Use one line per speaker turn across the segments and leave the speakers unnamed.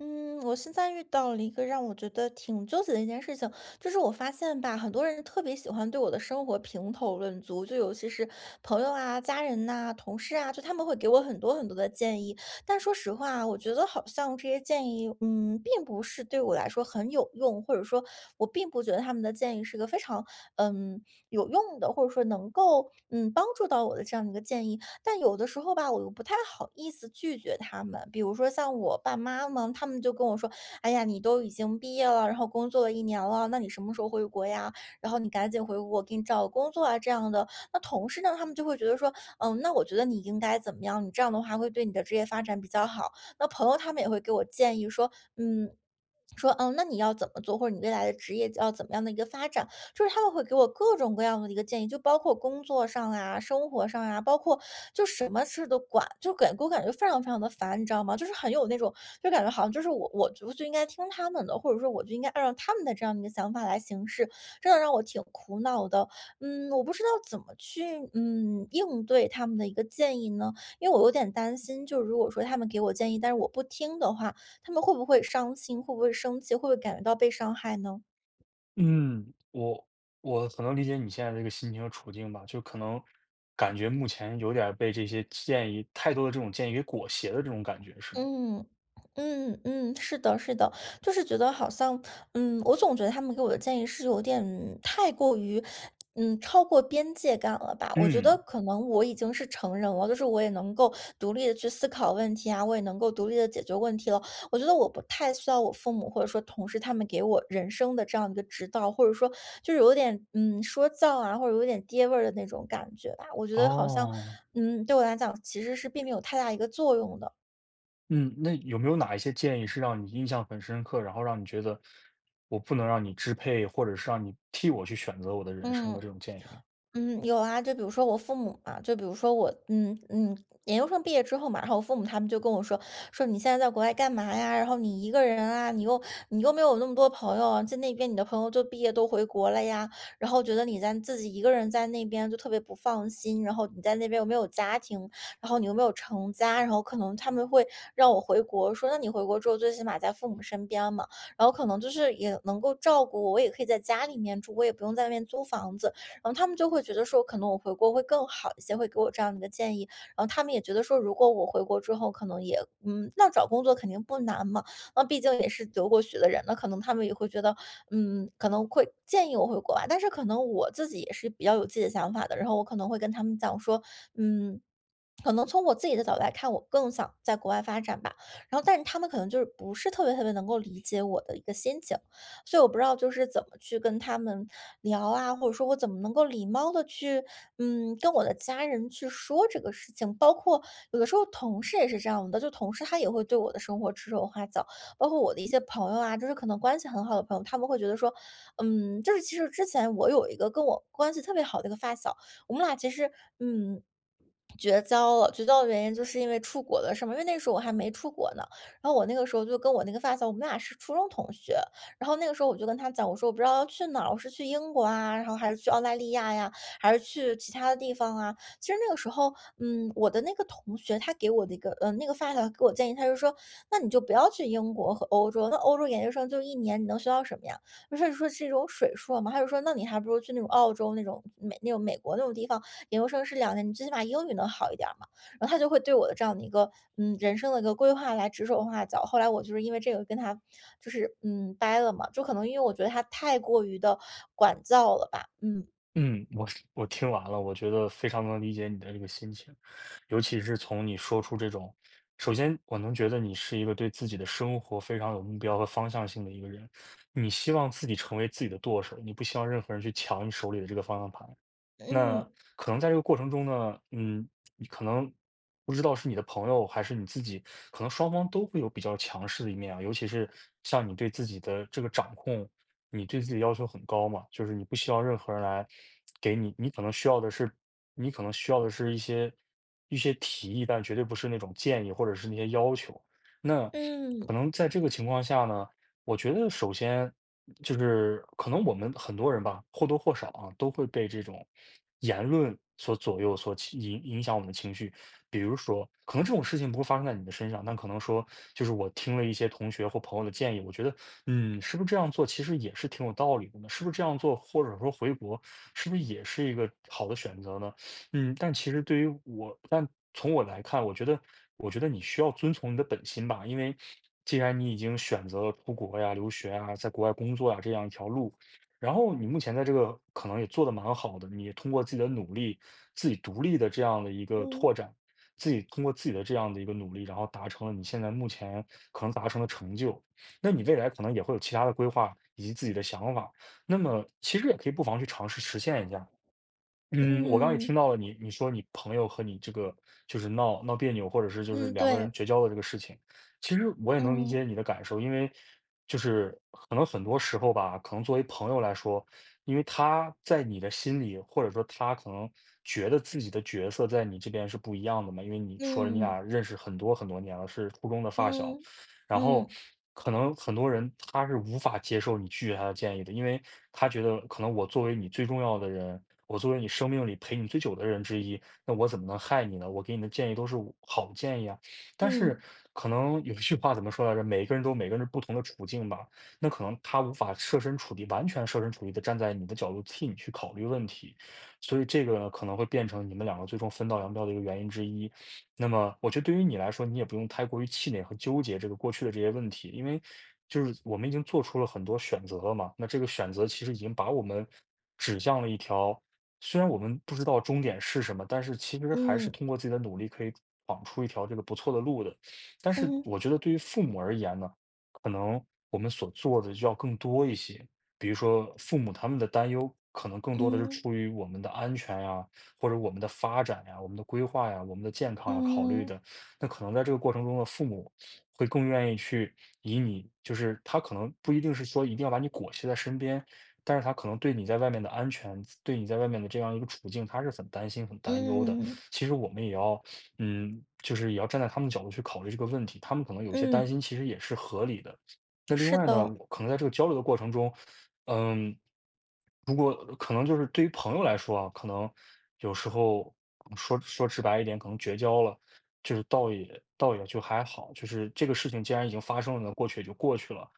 嗯，我现在遇到了一个让我觉得挺纠结的一件事情，就是我发现吧，很多人特别喜欢对我的生活评头论足，就尤其是朋友啊、家人呐、同事啊，就他们会给我很多很多的建议。但说实话，我觉得好像这些建议，并不是对我来说很有用，或者说，我并不觉得他们的建议是个非常嗯有用的，或者说能够帮助到我的这样的一个建议。但有的时候吧，我又不太好意思拒绝他们。比如说像我爸妈嘛，他们就跟我说：“哎呀，你都已经毕业了，然后工作了一年了，那你什么时候回国呀？然后你赶紧回国，给你找个工作啊，这样的。”那同事呢，他们就会觉得说：“嗯，那我觉得你应该怎么样？你这样的话会对你的职业发展比较好。”那朋友他们也会给我建议说：“嗯，说，嗯，那你要怎么做，或者你未来的职业要怎么样的一个发展，就是他们会给我各种各样的一个建议，就包括工作上啊、生活上啊，包括就什么事都管，就给我感觉非常非常的烦，你知道吗？就是很有那种，就感觉好像就是我就应该听他们的，或者说我就应该按照他们的这样的一个想法来行事，真的让我挺苦恼的。我不知道怎么去应对他们的一个建议呢，因为我有点担心，就如果说他们给我建议，但是我不听的话，他们会不会伤心？会不会生气？会不会感觉到被伤害呢？
嗯，我很能理解你现在这个心情和处境吧，就可能感觉目前有点儿被这些建议，太多的这种建议给裹挟的这种感觉，是吗？
嗯，嗯嗯，是的，是的，就是觉得好像，我总觉得他们给我的建议是有点太过于，超过边界感了吧？我觉得
嗯，
可能我已经是成人了，就是我也能够独立的去思考问题啊，我也能够独立的解决问题了。我觉得我不太需要我父母或者说同事他们给我人生的这样一个指导，或者说就是有点说教啊，或者有点爹味儿的那种感觉吧。我觉得好像，
哦，
对我来讲其实是并没有太大一个作用的。
嗯，那有没有哪一些建议是让你印象很深刻，然后让你觉得我不能让你支配，或者是让你替我去选择我的人生
嗯。
的这种建议呢？
嗯，有啊，就比如说我父母嘛，就比如说我，研究生毕业之后嘛，然后我父母他们就跟我说，说你现在在国外干嘛呀？然后你一个人啊，你又没有那么多朋友，在那边你的朋友就毕业都回国了呀，然后觉得你在自己一个人在那边就特别不放心，然后你在那边又没有家庭，然后你又没有成家，然后可能他们会让我回国，说那你回国之后最起码在父母身边嘛，然后可能就是也能够照顾我，我也可以在家里面住，我也不用在外面租房子，然后他们就会觉得说，可能我回国会更好一些，会给我这样的一个建议。然后他们也觉得说，如果我回国之后，可能也那找工作肯定不难嘛，那毕竟也是留过学的人，那可能他们也会觉得，可能会建议我回国吧。但是可能我自己也是比较有自己的想法的，然后我可能会跟他们讲说，嗯。可能从我自己的角度来看，我更想在国外发展吧。然后，但是他们可能就是不是特别特别能够理解我的一个心情，所以我不知道就是怎么去跟他们聊啊，或者说我怎么能够礼貌的去，跟我的家人去说这个事情。包括有的时候同事也是这样的，就同事他也会对我的生活指手画脚，包括我的一些朋友啊，就是可能关系很好的朋友，他们会觉得说，就是其实之前我有一个跟我关系特别好的一个发小，我们俩其实，嗯。绝交了，绝交的原因就是因为出国的事嘛，因为那时候我还没出国呢。然后我那个时候就跟我那个发小，我们俩是初中同学。然后那个时候我就跟他讲，我说我不知道要去哪儿，我是去英国啊，然后还是去澳大利亚呀，还是去其他的地方啊。其实那个时候，我的那个同学他给我的一个，那个发小给我建议，他就说，那你就不要去英国和欧洲，那欧洲研究生就一年，你能学到什么呀？就是说是一种水硕嘛。他就说，那你还不如去那种澳洲那种美国那种地方，研究生是两年，你最起码英语能好一点儿嘛。然后他就会对我的这样的一个，人生的一个规划来指手画脚。后来我就是因为这个跟他就是，掰了嘛，就可能因为我觉得他太过于的管教了吧。嗯，
嗯，我听完了，我觉得非常能理解你的这个心情，尤其是从你说出这种，首先我能觉得你是一个对自己的生活非常有目标和方向性的一个人，你希望自己成为自己的舵手，你不希望任何人去抢你手里的这个方向盘。那
嗯，
可能在这个过程中呢，嗯，你可能不知道是你的朋友还是你自己，可能双方都会有比较强势的一面啊。尤其是像你对自己的这个掌控，你对自己的要求很高嘛，就是你不需要任何人来给你，你可能需要的是，你可能需要的是一些提议，但绝对不是那种建议或者是那些要求。那
嗯，
可能在这个情况下呢，我觉得首先就是可能我们很多人吧，或多或少啊，都会被这种言论所左右，所起影响我们的情绪。比如说，可能这种事情不会发生在你的身上，但可能说，就是我听了一些同学或朋友的建议，我觉得，嗯，是不是这样做其实也是挺有道理的呢？是不是这样做，或者说回国，是不是也是一个好的选择呢？嗯，但其实对于我，但从我来看，我觉得，我觉得你需要遵从你的本心吧，因为既然你已经选择了出国呀、留学啊、在国外工作呀这样一条路，然后你目前在这个可能也做得蛮好的，你也通过自己的努力、自己独立的这样的一个
嗯，
拓展，自己通过自己的这样的一个努力，然后达成了你现在目前可能达成的成就，那你未来可能也会有其他的规划以及自己的想法，那么其实也可以不妨去尝试实现一下。嗯，我刚刚也听
嗯，
到了你，你说你朋友和你这个就是闹闹别扭，或者是就是
嗯，
两个人
对，
绝交的这个事情，其实我也能理
嗯，
解你的感受，因为就是可能很多时候吧，可能作为朋友来说，因为他在你的心里，或者说他可能觉得自己的角色在你这边是不一样的嘛，因为你说了你
嗯，
俩认识很多很多年了，是初中的发小，
嗯，
然后
嗯，
可能很多人他是无法接受你拒绝他的建议的，因为他觉得可能我作为你最重要的人，我作为你生命里陪你最久的人之一，那我怎么能害你呢？我给你的建议都是好建议啊。但是
嗯，
可能有一句话怎么说来着？每个人都有每个人不同的处境吧，那可能他无法设身处地，完全设身处地的站在你的角度替你去考虑问题，所以这个可能会变成你们两个最终分道扬镳的一个原因之一。那么我觉得对于你来说，你也不用太过于气馁和纠结这个过去的这些问题，因为就是我们已经做出了很多选择了嘛。那这个选择其实已经把我们指向了一条，虽然我们不知道终点是什么，但是其实还是
嗯，
通过自己的努力可以闯出一条这个不错的路的。但是
嗯，
我觉得对于父母而言呢，可能我们所做的就要更多一些。比如说，父母他们的担忧可能更多的是
嗯，
出于我们的安全呀、或者我们的发展呀、我们的规划呀、我们的健康呀考虑
嗯，嗯，
的，那可能在这个过程中的父母会更愿意去以你，就是他可能不一定是说一定要把你裹挟在身边，但是他可能对你在外面的安全，对你在外面的这样一个处境，他是很担心、很担忧的。
嗯，
其实我们也要，嗯，就是也要站在他们的角度去考虑这个问题，他们可能有些担
嗯，
心，其实也是合理的。那另
是
外呢，
的，
可能在这个交流的过程中，嗯，如果可能就是对于朋友来说啊，可能有时候说直白一点，可能绝交了，就是倒也就还好，就是这个事情既然已经发生了，过去也就过去了。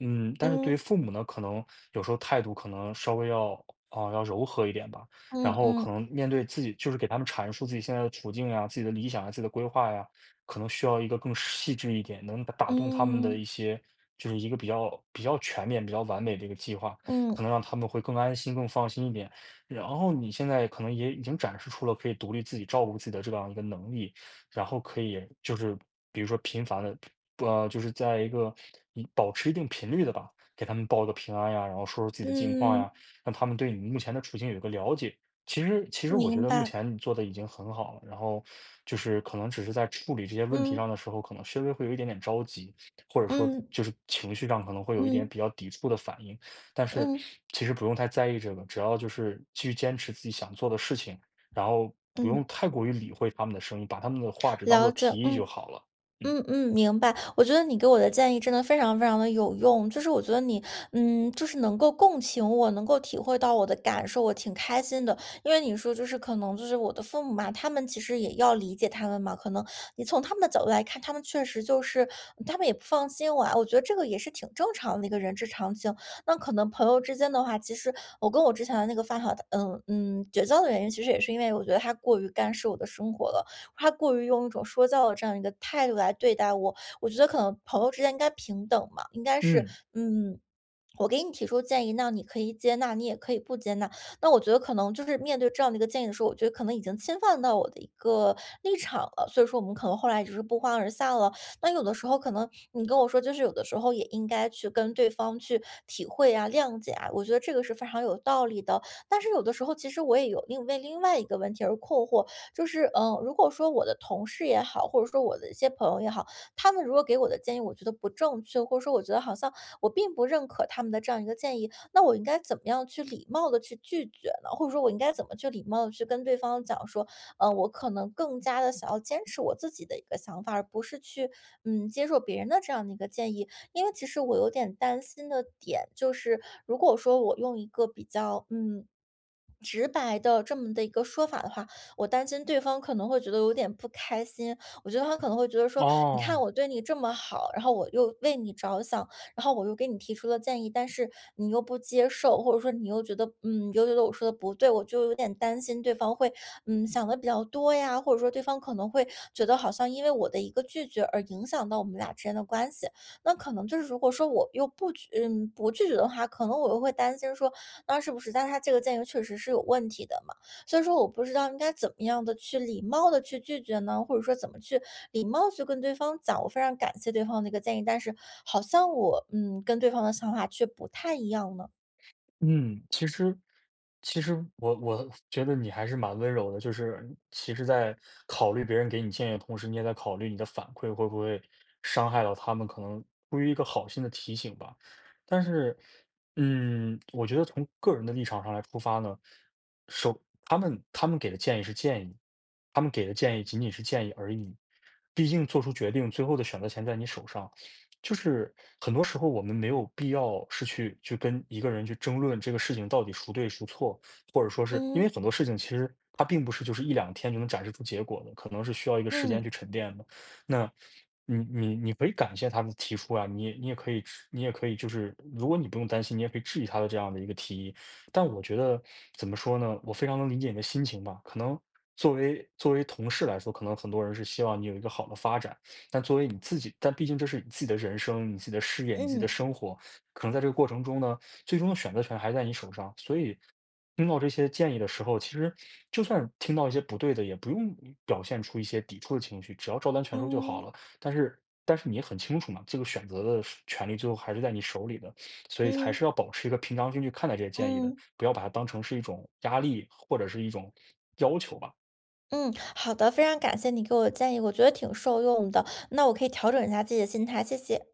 嗯，但是对于
嗯，
父母呢，可能有时候态度可能稍微要啊、要柔和一点吧，然
嗯
后可
嗯，
能面对自己，就是给他们阐述自己现在的处境呀、自己的理想呀、自己的规划呀，可能需要一个更细致一点，能打动他们的
嗯，
一些，就是一个比较全面、比较完美的一个计划，可
嗯。
能让他们会更安心、更放心一点。然后你现在可能也已经展示出了可以独立自己照顾自己的这样一个能力，然后可以就是比如说频繁的，就是在一个保持一定频率的吧，给他们报个平安呀，然后说说自己的近况
嗯，
呀，让他们对你目前的处境有一个了解。其实我觉
明
得目
白，
前你做的已经很好了，然后就是可能只是在处理这些问题
嗯，
上的时候，可能稍微会有一点点着急，或者说
嗯，
就是情绪上可能会有一点
嗯，
比较抵触的反应，但是
嗯，
其实不用太在意这个，只要就是继续坚持自己想做的事情，然后不
嗯，
用太过于理会他们的声音，把他们的话只当
了
做
解，
提议就
嗯。
好了。嗯。
嗯嗯，明白。我觉得你给我的建议真的非常非常的有用，就是我觉得你，就是能够共情我，能够体会到我的感受，我挺开心的。因为你说就是可能就是我的父母嘛，他们其实也要理解他们嘛，可能你从他们的角度来看，他们确实就是他们也不放心我啊，我觉得这个也是挺正常的一个人之常情。那可能朋友之间的话，其实我跟我之前的那个发小，绝交的原因，其实也是因为我觉得他过于干涉我的生活了。他过于用一种说教的这样一个态度来对待我。我觉得可能朋友之间应该平等嘛，应该是，
嗯，
嗯。我给你提出建议，那你可以接纳，你也可以不接纳。那我觉得可能就是面对这样的一个建议的时候，我觉得可能已经侵犯到我的一个立场了，所以说我们可能后来就是不欢而散了。那有的时候可能你跟我说，就是有的时候也应该去跟对方去体会啊、谅解啊，我觉得这个是非常有道理的。但是有的时候其实我也有另外一个问题而困惑，就是，如果说我的同事也好，或者说我的一些朋友也好，他们如果给我的建议，我觉得不正确，或者说我觉得好像我并不认可他们的这样一个建议，那我应该怎么样去礼貌的去拒绝呢？或者说，我应该怎么去礼貌的去跟对方讲说，我可能更加的想要坚持我自己的一个想法，而不是去接受别人的这样的一个建议。因为其实我有点担心的点就是，如果说我用一个比较直白的这么的一个说法的话，我担心对方可能会觉得有点不开心。我觉得他可能会觉得说，你看
哦。
我对你这么好，然后我又为你着想，然后我又给你提出了建议，但是你又不接受，或者说你又觉得我说的不对，我就有点担心对方会，想的比较多呀，或者说对方可能会觉得好像因为我的一个拒绝而影响到我们俩之间的关系。那可能就是如果说我又不拒绝的话，可能我又会担心说，那是不是？但他这个建议确实是有问题的嘛，所以说我不知道应该怎么样的去礼貌的去拒绝呢？或者说怎么去礼貌去跟对方讲，我非常感谢对方的一个建议，但是好像我，跟对方的想法却不太一样呢？
嗯，其实，其实我觉得你还是蛮温柔的，就是其实，在考虑别人给你建议的同时，你也在考虑你的反馈会不会伤害到他们，可能出于一个好心的提醒吧。但是，嗯，我觉得从个人的立场上来出发呢，首他们他们给的建议是建议，他们给的建议仅仅是建议而已，毕竟做出决定，最后的选择权在你手上。就是很多时候我们没有必要是去跟一个人去争论这个事情到底孰对孰错，或者说是因
嗯，
为很多事情其实它并不是就是一两天就能展示出结果的，可能是需要一个时间
嗯，
去沉淀的。那你可以感谢他的提出啊，你也可以就是如果你不用担心，你也可以质疑他的这样的一个提议。但我觉得怎么说呢，我非常能理解你的心情吧，可能。作为同事来说，可能很多人是希望你有一个好的发展，但作为你自己，但毕竟这是你自己的人生、你自己的事业、你自己的
嗯，
生活，可能在这个过程中呢，最终的选择权还在你手上。所以，听到这些建议的时候，其实就算听到一些不对的，也不用表现出一些抵触的情绪，只要照单全收就好
嗯，
了。但是，但是你也很清楚嘛，这个选择的是权利最后还是在你手里的，所以还
嗯，
是要保持一个平常心去看待这些建议的，
嗯，
不要把它当成是一种压力或者是一种要求吧。
嗯，好的，非常感谢你给我的建议，我觉得挺受用的，那我可以调整一下自己的心态，谢谢。